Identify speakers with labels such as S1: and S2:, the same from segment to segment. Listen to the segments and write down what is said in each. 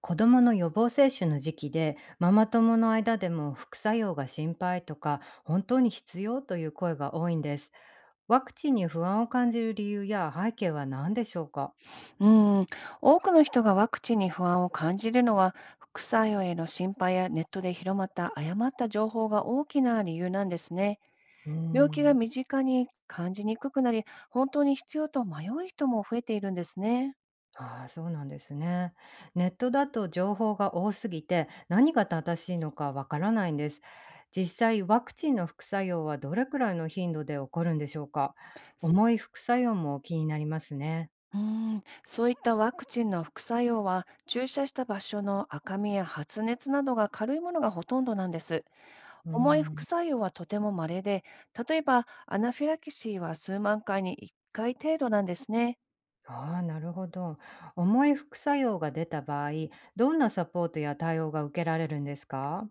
S1: 子どもの予防接種の時期で、ママ友の間でも副作用が心配とか本当に必要という声が多いんです。ワクチンに不安を感じる理由や背景は何でしょうか？
S2: うん、多くの人がワクチンに不安を感じるのは、副作用への心配やネットで広まった誤った情報が大きな理由なんですね。
S1: うー
S2: 病気が
S1: ん
S2: 身近に感じにくくなり、本当に必要と迷う人も増えているんですね。
S1: ああー、そうなんですね。ネットだと情報が多すぎて、何が正しいのかわからないんです。実際、ワクチンの副作用はどれくらいの頻度で起こるんでしょうか？重い副作用も気になりますね。
S2: うん、そういったワクチンの副作用は、注射した場所の赤みや発熱などが軽いものがほとんどなんです。
S1: うー
S2: 重い副
S1: ん
S2: 作用はとても稀で、例えばアナフィラキシーは数万回に1回程度なんですね。
S1: ああ、なるほど。重い副作用が出た場合、どんなサポートや対応が受けられるんですか？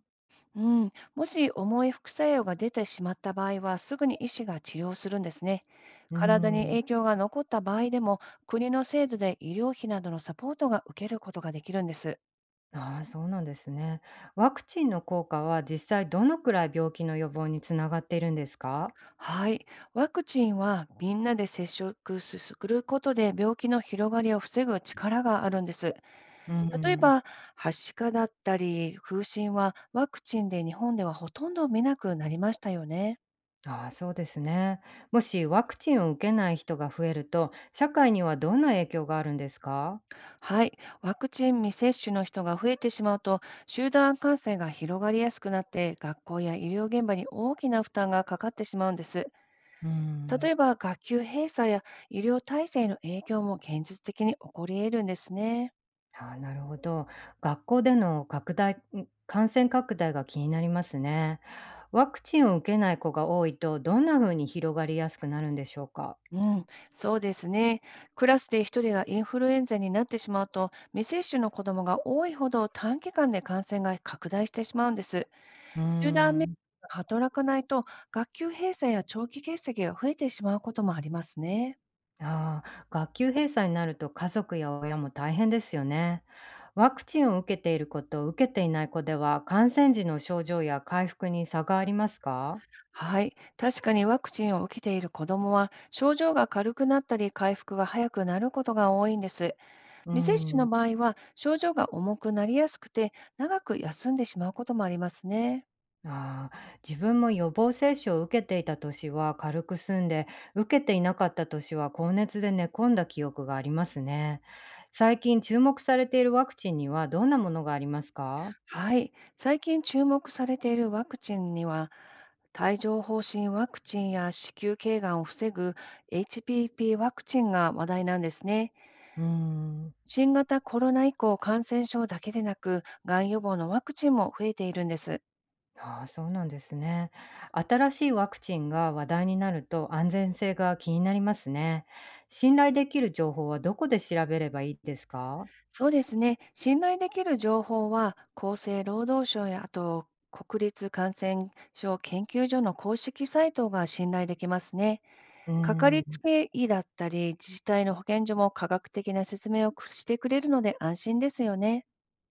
S2: うもし重い副作用が出てしまった場合は、すぐに医師が治療するんですね。
S1: うー
S2: 体に
S1: ん。
S2: 影響が残った場合でも、国の制度で医療費などのサポートが受けることができるんです。
S1: ああ、そうなんですね。ワクチンの効果は実際どのくらい病気の予防につながっているんですか？
S2: はい。ワクチンはみんなで接触することで病気の広がりを防ぐ力があるんです。
S1: うー
S2: 例え
S1: ん。
S2: ば、はしかだったり、風疹はワクチンで日本ではほとんど見なくなりましたよね。
S1: ああ、そうですね。もしワクチンを受けない人が増えると、社会にはどんな影響があるんですか？
S2: はい、ワクチン未接種の人が増えてしまうと、集団感染が広がりやすくなって、学校や医療現場に大きな負担がかかってしまうんです。
S1: うー
S2: 例
S1: ん。
S2: えば、学級閉鎖や医療体制の影響も現実的に起こり得るんですね。
S1: ああ、なるほど。学校での拡大ん、感染拡大が気になりますね。ワクチンを受けない子が多いと、どんな風に広がりやすくなるんでしょうか？
S2: うん、そうですね。クラスで1人がインフルエンザになってしまうと、未接種の子どもが多いほど短期間で感染が拡大してしまうんです。
S1: うー
S2: 集団免疫
S1: ん。
S2: が働かないと、学級閉鎖や長期欠席が増えてしまうこともありますね。
S1: ああ、学級閉鎖になると家族や親も大変ですよね。ワクチンを受けている子と受けていない子では、感染時の症状や回復に差がありますか？
S2: はい、確かにワクチンを受けている子どもは、症状が軽くなったり、回復が早くなることが多いんです。
S1: うー
S2: 未接種の
S1: ん。
S2: 場合は、症状が重くなりやすくて、長く休んでしまうこともありますね。
S1: ああ、自分も予防接種を受けていた年は軽く済んで、受けていなかった年は高熱で寝込んだ記憶がありますね。最近注目されているワクチンにはどんなものがありますか？
S2: はい、最近注目されているワクチンには、帯状疱疹ワクチンや子宮頸がんを防ぐ HPP ワクチンが話題なんですね。
S1: うーん。
S2: 新型コロナ以降、感染症だけでなく、がん予防のワクチンも増えているんです。
S1: ああ、そうなんですね。新しいワクチンが話題になると安全性が気になりますね。信頼できる情報はどこで調べればいいですか？
S2: そうですね。信頼できる情報は、厚生労働省や、あと国立感染症研究所の公式サイトが信頼できますね。
S1: う
S2: かか
S1: ー
S2: りつ
S1: ん。
S2: け医だったり、自治体の保健所も科学的な説明をしてくれるので安心ですよね。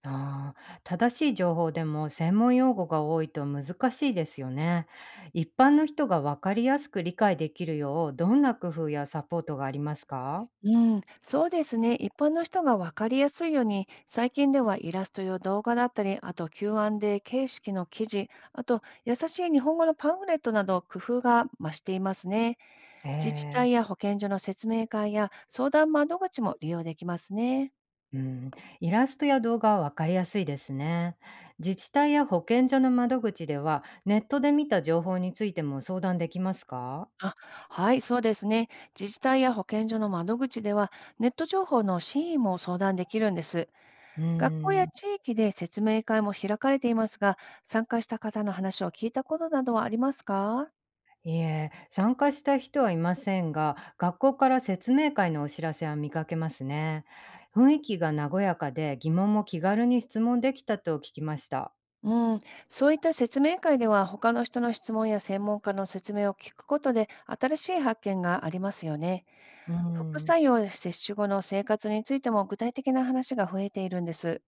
S1: ああ、正しい情報でも専門用語が多いと難しいですよね。一般の人が分かりやすく理解できるよう、どんな工夫やサポートがありますか？
S2: うん、そうですね。一般の人が分かりやすいように、最近ではイラストや動画だったり、あと Q&A 形式の記事、あと優しい日本語のパンフレットなど工夫が増していますね。
S1: え
S2: 自治
S1: え。
S2: 体や保健所の説明会や相談窓口も利用できますね。
S1: うん、イラストや動画は分かりやすいですね。自治体や保健所の窓口では、ネットで見た情報についても相談できますか？
S2: あ、はい、そうですね。自治体や保健所の窓口では、ネット情報の真意も相談できるんです。
S1: う
S2: 学校や
S1: ん。
S2: 地域で説明会も開かれていますが、参加した方の話を聞いたことなどはありますか？
S1: いえ、参加した人はいませんが、学校から説明会のお知らせは見かけますね。雰囲気が和やかで疑問も気軽に質問できたと聞きました。
S2: うん、そういった説明会では他の人の質問や専門家の説明を聞くことで新しい発見がありますよね。
S1: う
S2: 副
S1: ん。
S2: 作用や接種後の生活についても具体的な話が増えているんです。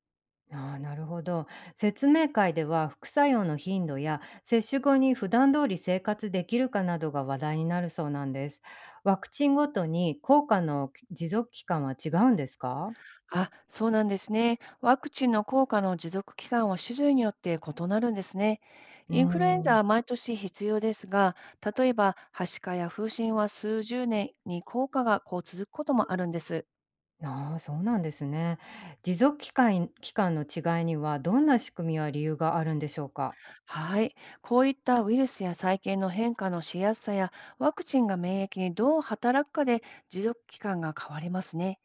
S1: ああ、なるほど。説明会では副作用の頻度や接種後に普段通り生活できるかなどが話題になるそうなんです。ワクチンごとに効果の持続期間は違うんですか？
S2: あ、そうなんですね。ワクチンの効果の持続期間は種類によって異なるんですね。
S1: う
S2: インフルエンザ
S1: ん。
S2: は毎年必要ですが、例えば、はしかや風疹は数十年に効果がこう続くこともあるんです。
S1: ああ、そうなんですね。持続期間の違いにはどんな仕組みや理由があるんでしょうか？
S2: はい。こういったウイルスや細菌の変化のしやすさや、ワクチンが免疫にどう働くかで持続期間が変わりますね。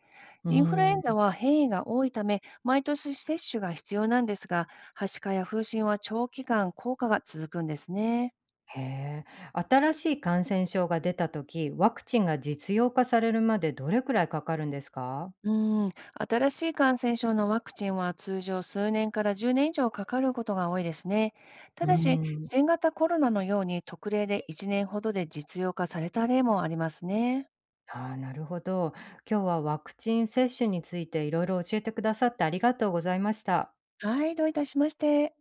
S1: う
S2: インフルエン
S1: ん。
S2: ザは変異が多いため、毎年接種が必要なんですが、はしかや風疹は長期間効果が続くんですね。
S1: へえ。新しい感染症が出た時、ワクチンが実用化されるまでどれくらいかかるんですか？
S2: うん、新しい感染症のワクチンは通常数年から10年以上かかることが多いですね。た
S1: う
S2: だし、
S1: ん。
S2: 新型コロナのように特例で1年ほどで実用化された例もありますね。
S1: ああ、なるほど。今日はワクチン接種についていろいろ教えてくださって、ありがとうございました。
S2: はい、どういたしまして。